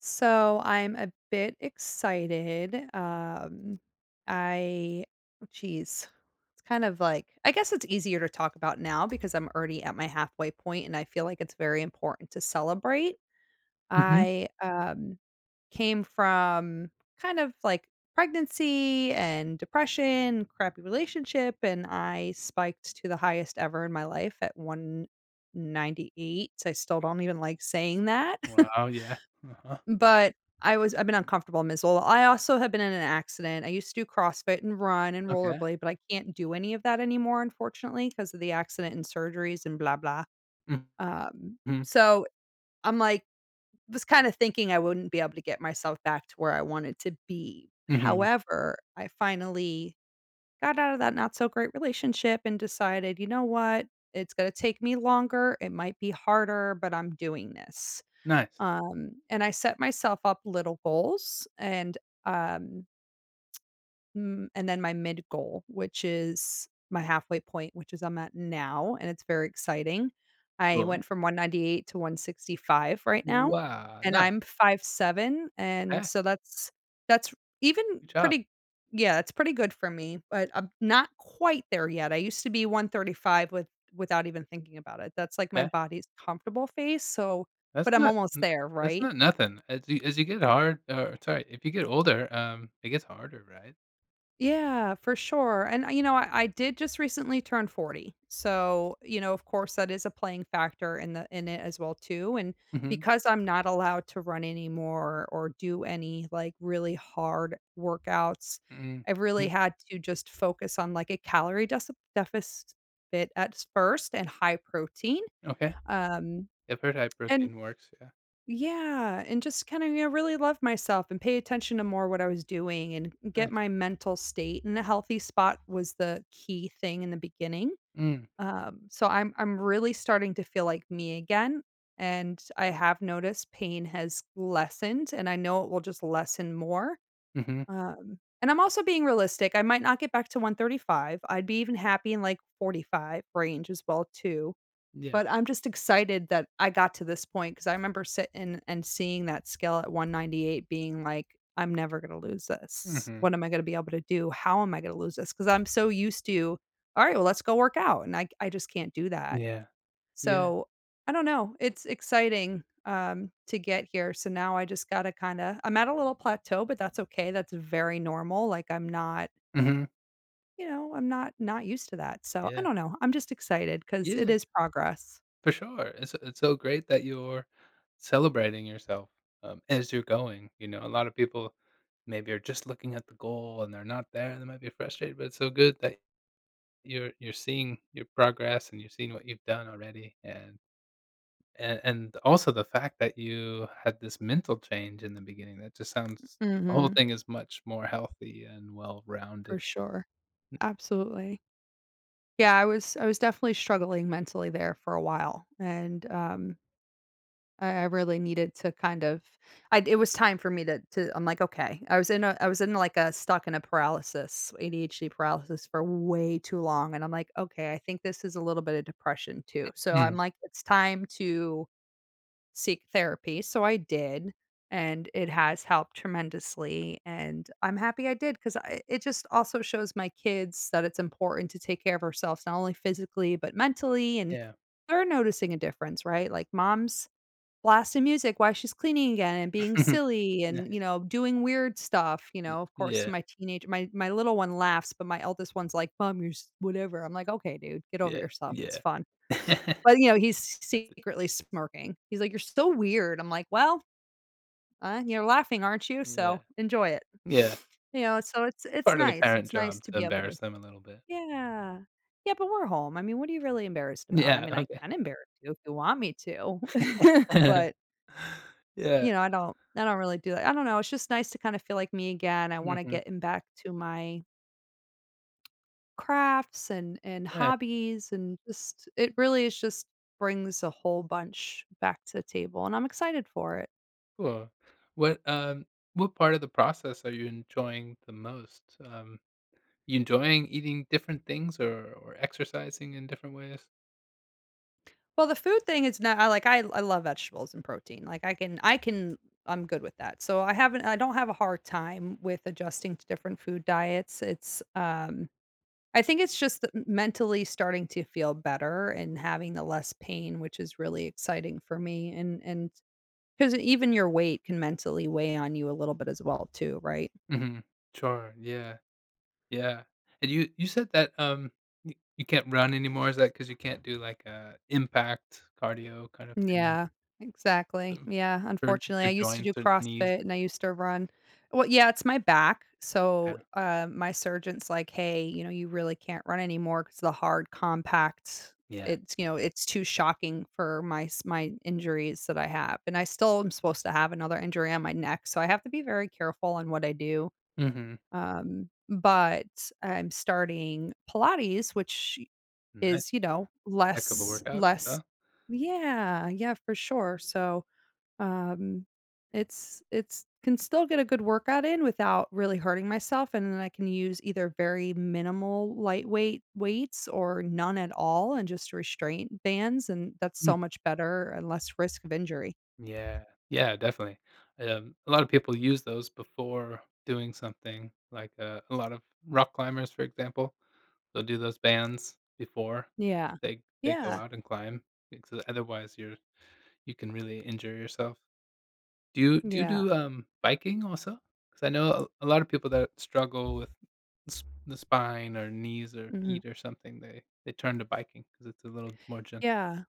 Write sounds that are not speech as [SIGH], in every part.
So I'm a bit excited. I, oh, geez, it's kind of like, I guess it's easier to talk about now because I'm already at my halfway point and I feel like it's very important to celebrate. Mhm. I came from kind of like pregnancy and depression, crappy relationship, and I spiked to the highest ever in my life at 198. I still don't even like saying that. [LAUGHS] Wow, yeah. Uh-huh. But I've been uncomfortable in Missoula. I also have been in an accident. I used to do CrossFit and run and Okay. rollerblade, but I can't do any of that anymore, unfortunately, because of the accident and surgeries and blah blah. Um, Mhm. so I'm like, was kinda thinking I wouldn't be able to get myself back to where I wanted to be. Mhm. However, I finally got out of that not so great relationship and decided, you know what? It's gonna take me longer. It might be harder, but I'm doing this. Nice. And I set myself up little goals um, and then my mid goal, which is my halfway point, which is I'm at now, and it's very exciting. I Cool. went from 198 to 165 right now, Wow, and nice. I'm 5'7", and Okay. so that's even Good job. pretty yeah, that's pretty good for me, but I'm not quite there yet. I used to be 135 without even thinking about it. That's like my Okay. body's comfortable phase, so but That's I'm not almost n there, that's right? not nothing. As you get hard or sorry, if you get older, it gets harder, right? Yeah, for sure. And, you know, I did just recently turn 40. So, you know, of course that is a playing factor in the in it as well too. And Mhm. because I'm not allowed to run anymore or do any like really hard workouts, Mm. I really Mhm. had to just focus on like a calorie deficit at first and high protein. Okay. Um If her heard and protein works, yeah. Yeah, and just kind of, you know, really love myself and pay attention to more what I was doing and get Nice. my mental state in a healthy spot was the key thing in the beginning. Mm. So I'm really starting to feel like me again. And I have noticed pain has lessened and I know it will just lessen more. Mhm. And I'm also being realistic. I might not get back to 135. I'd be even happy in like 45 range as well too. Yeah. But I'm just excited that I got to this point because I remember sitting and seeing that scale at 198 being like, "I'm never gonna lose this. Mhm. What am I gonna be able to do? How am I gonna lose this? Because 'Cause I'm so used to, 'Alright, well, let's go work out,' and I just can't do that." Yeah. Yeah. So, I don't know, it's exciting, to get here, so now I just gotta kinda, I'm at a little plateau, but that's okay, that's very normal. Like, I'm not, Mhm. you know, I'm not not used to that, so I Yeah. don't know, I'm just excited because it Yeah, is progress. for sure. It's so great that you're celebrating yourself, as you're going, a lot of people maybe are just looking at the goal and they're not there and they might be frustrated, but it's so good that you're seeing your progress and you're seeing what you've done already, and and also the fact that you had this mental change in the beginning, that just sounds the whole Mhm, thing is much more healthy and for well-rounded. sure, Mm. absolutely. Yeah, I was definitely struggling mentally there for a while, and, I really needed to kind of, I it was time for me to, I'm like, "Okay." I was in, like, a stuck in a paralysis, ADHD paralysis for way too long, and I'm like, "Okay, I think this is a little bit of depression too." So I'm Mm, like, "It's time to seek therapy." So I did, and it has helped tremendously, and I'm happy I did because it just also shows my kids that it's important to take care of ourselves, not only physically, but mentally, and yeah. they're noticing a difference, right? Like, mom's blasting music while she's cleaning again and being [LAUGHS] silly and, you Nice. know, doing weird stuff, you Y know, of course, to yeah, my little one laughs, but my eldest one's like, "Mom, you're s whatever." I'm like, "Okay, dude, get over yeah, yourself. It's yeah. fun." [LAUGHS] But, you That's know, he's it. secretly smirking. He's like, "You're so weird." I'm like, "Well, you're laughing, aren't you? Yeah, So, enjoy it." yeah. [SNIFFS] You know, so it's Part of the nice. parent It's nice job to to be able to. embarrass them a little bit. Yeah. Yeah, but we're home. I mean, what are you really embarrassed about? I Yeah, mean, I okay. can embarrass you if you want me to, [LAUGHS] but [LAUGHS] Yeah, you know, I don't really do that. I don't know, it's just nice to kinda feel like me again. I wanna mhm. get in back to my crafts and Nice, hobbies and just it really is just brings a whole bunch back to the table, and I'm excited for it. cool. What, um what part of the process are you enjoying the most? You enjoying eating different things or exercising in different ways? Well, the food thing is not, I love vegetables and protein. Like, I can, I'm good with that. So, I don't have a hard time with adjusting to different food diets. I think it's just th mentally starting to feel better and having the less pain, which is really exciting for me, and because even your weight can mentally weigh on you a little bit as well too, right? Mhm. Sure, yeah, yeah. And you said that, you can't run anymore, is that because you can't do, like, a impact cardio kind of thing, Yeah, exactly. um, Yeah, for unfortunately, I for used to do joints or knees? CrossFit and I used to run. Well, yeah, it's my back. Yeah. So, my surgeon's like, "Hey, you know, you really can't run anymore because the hard compact, Yeah. it's, you know, it's too shocking for my injuries that I have." And I still am supposed to have another injury on my neck, so I have to be very careful on what I do. Mhm. But I'm starting Pilates, which Nice. is, you know, Heck of a workout, less. huh? Yeah, yeah, for sure. So, um, it's, can still get a good workout in without really hurting myself, and then I can use either very minimal lightweight weights or none at all and just restraint bands, and that's Mm, so much better and less risk of injury. yeah, yeah, definitely. A lot of people use those before doing something, like, a lot of rock climbers, for example, they'll do those bands before Yeah. they go Yeah. out and climb, because otherwise you're you can really injure yourself. Do you Yeah. do, biking also? Because I know a lot of people that struggle with s the spine or knees or Mhm. feet or something, they turn to biking because it's a little more gentle. Yeah.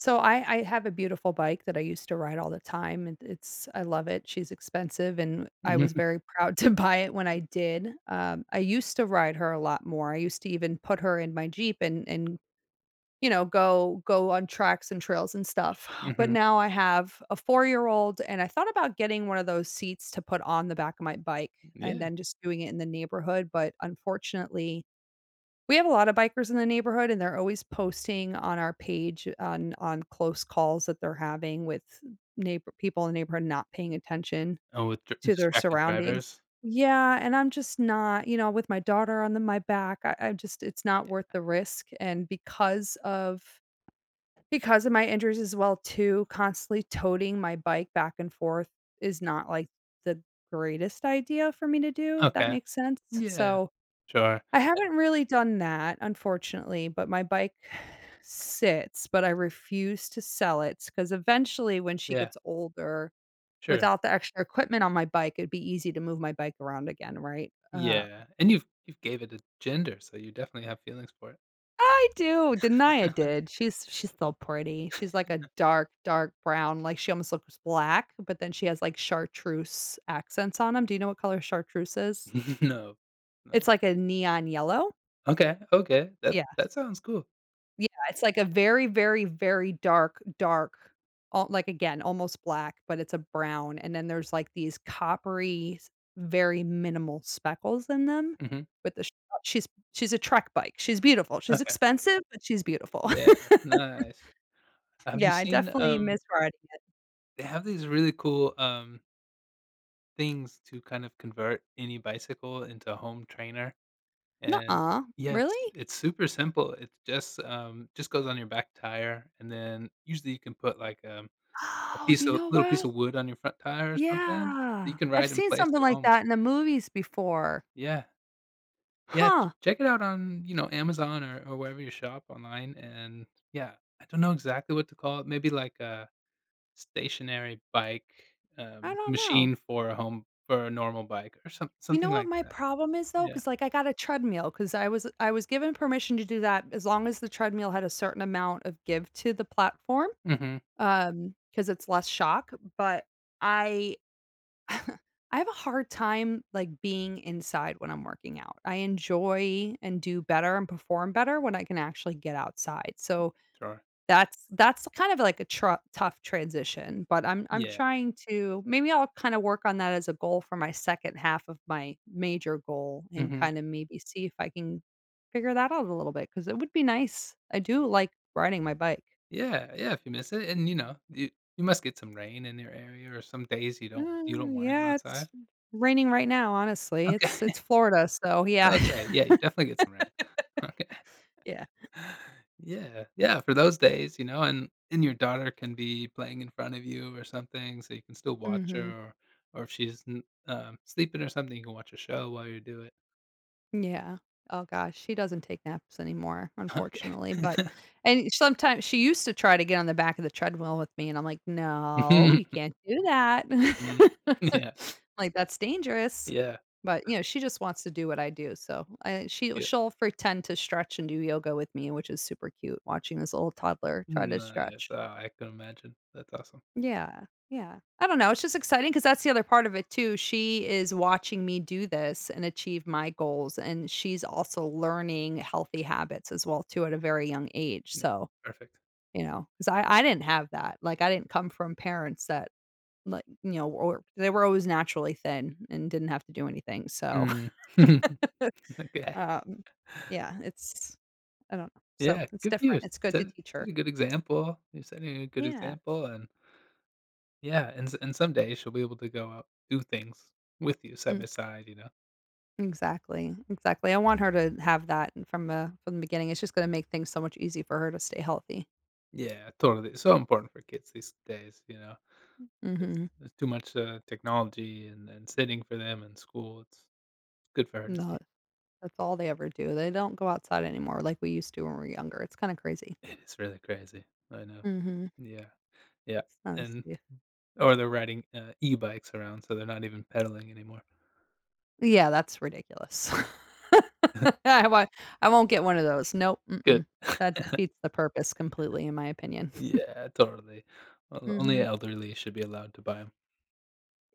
So I have a beautiful bike that I used to ride all the time, and it's, I love it. She's expensive, and I was Mhm, very [LAUGHS] proud to buy it when I did. I used to ride her a lot more. I used to even put her in my Jeep and you know, go on tracks and trails and stuff. [SIGHS] But mhm, now I have a 4-year-old and I thought about getting one of those seats to put on the back of my bike and yeah. then just doing it in the neighborhood, but unfortunately we have a lot of bikers in the neighborhood, and they're always posting on our page on close calls that they're having with neighbor people in the neighborhood not paying attention Oh, with dr to their distracted surroundings. drivers? Yeah, and I'm just not, you know, with my daughter on the my back, I just, it's not worth the risk, and because of my injuries as well too, constantly toting my bike back and forth is not, like, the greatest idea for me to do, if that Okay. makes sense, Yeah, so sure. I haven't really done that, unfortunately, but my bike [SIGHS] sits, but I refuse to sell it because eventually when she Yeah, gets older, sure. without the extra equipment on my bike, it'd be easy to move my bike around again, right? Yeah, and you've gave it a gender, so you definitely have feelings for it. I do, Denia did. She's still pretty. She's like a dark, dark brown, like, she almost looks black, but then she has, like, chartreuse accents on them. Do you know what color chartreuse is? [LAUGHS] No, no. It's like a neon yellow. Okay, okay, that that sounds cool. Yeah, it's like a very, very, very dark, dark, al like, again, almost black, but it's a brown, and then there's, like, these coppery, s very minimal speckles in them Mhm. with the sh oh, she's a Trek bike. She's beautiful. She's Okay. expensive, but she's beautiful. Yeah, [LAUGHS] nice. Have you Yeah, I seen, definitely miss riding it. they have these really cool, things to kind of convert any bicycle into a home trainer, and Nuh-uh. yeah, Really? it's super simple. It's just goes on your back tire, and then usually you can put, like, a Oh, piece you of know little piece what? of wood on your front tire or something, that you Yeah. can I've ride in seen [LAUGHS] place something at like home. that in the movies before. Yeah. Yeah, ch Huh. check it out on, you know, Amazon or wherever you shop online, and yeah, I don't know exactly what to call it, maybe like a stationary bike, I don't know. machine for a home for a normal bike or some You something know what like my that. problem is though, Yeah. because like, I got a treadmill, because I was given permission to do that as long as the treadmill had a certain amount of give to the platform, Mhm. Because it's less shock, but I I have a hard time, like, being inside when I'm working out. I enjoy and do better and perform better when I can actually get outside, so Sure. That's kind of like a tru tough transition, but I'm Yeah. trying to, maybe I'll kinda work on that as a goal for my second half of my major goal and Mhm. kinda maybe see if I can figure that out a little bit because it would be nice. I do like riding my bike. Yeah, yeah, if you miss it and, you know, you must get some rain in your area or some days you don't Mm, wanna go yeah, it's outside. raining right now, honestly. It's Okay. it's Florida, so yeah. Okay, [LAUGHS] yeah, you definitely get some rain. [LAUGHS] Okay. Yeah. Yeah, yeah, for those days, you know, and your daughter can be playing in front of you or something, so you can still watch her, Mhm. Or if she's n sleeping or something, you can watch a show while you do it. Yeah. Oh gosh, she doesn't take naps anymore, [LAUGHS] Okay. unfortunately, but [LAUGHS] and sometimes she used to try to get on the back of the treadmill with me, and I'm like, "No, Mhm, you can't do that." mhm. Yeah, [LAUGHS] Like, "That's dangerous." yeah, But, you know, she just wants to do what I do, so, I yeah. she'll pretend to stretch and do yoga with me, which is super cute, watching this little toddler try to Nice, stretch. oh, I can imagine. That's awesome. Yeah, yeah. I don't know, it's just exciting because that's the other part of it too. She is watching me do this and achieve my goals, and she's also learning healthy habits as well too at a very young age, Yeah, so, perfect. you know, because I didn't have that, like, I didn't come from parents that, like, you know, or they were always naturally thin and didn't have to do anything, so, Mm. [LAUGHS] [LAUGHS] Okay. um, yeah, it's, I don't know. So, Yeah, it's good for different. It's good to set teach set her. a good example. You're setting a good Yeah. example. And yeah, and s and someday she'll be able to go out, do things with you side Mm. by side, you know? Exactly, exactly. I want her to have that from the beginning. It's just gonna make things so much easier for her to stay healthy. Yeah, totally. It's so important for kids these days, you know? It's Mhm. it's too much, technology and sitting for them in school. It's good for her to No, see. that's all they ever do. They don't go outside anymore like we used to when we were younger. It's kinda crazy. It is really crazy. I know. Mhm. Yeah, yeah, It's not as and safe. or they're riding, e-bikes around, so they're not even pedaling anymore. Yeah, that's ridiculous. [LAUGHS] [LAUGHS] I won't I won't get one of those. Nope, Good. mm-mm. That defeats the purpose completely in my opinion. [LAUGHS] Yeah, totally. O Only Mhm. elderly should be allowed to buy them.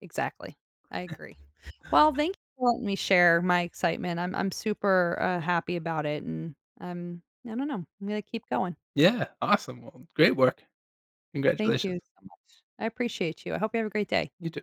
Exactly. I agree. Well, thank you for letting me share my excitement. I'm super, happy about it, and, I don't know, I'm gonna keep going. Yeah, awesome. Well, great work. Thank Congratulations. you so much. I appreciate you. I hope you have a great day. You too.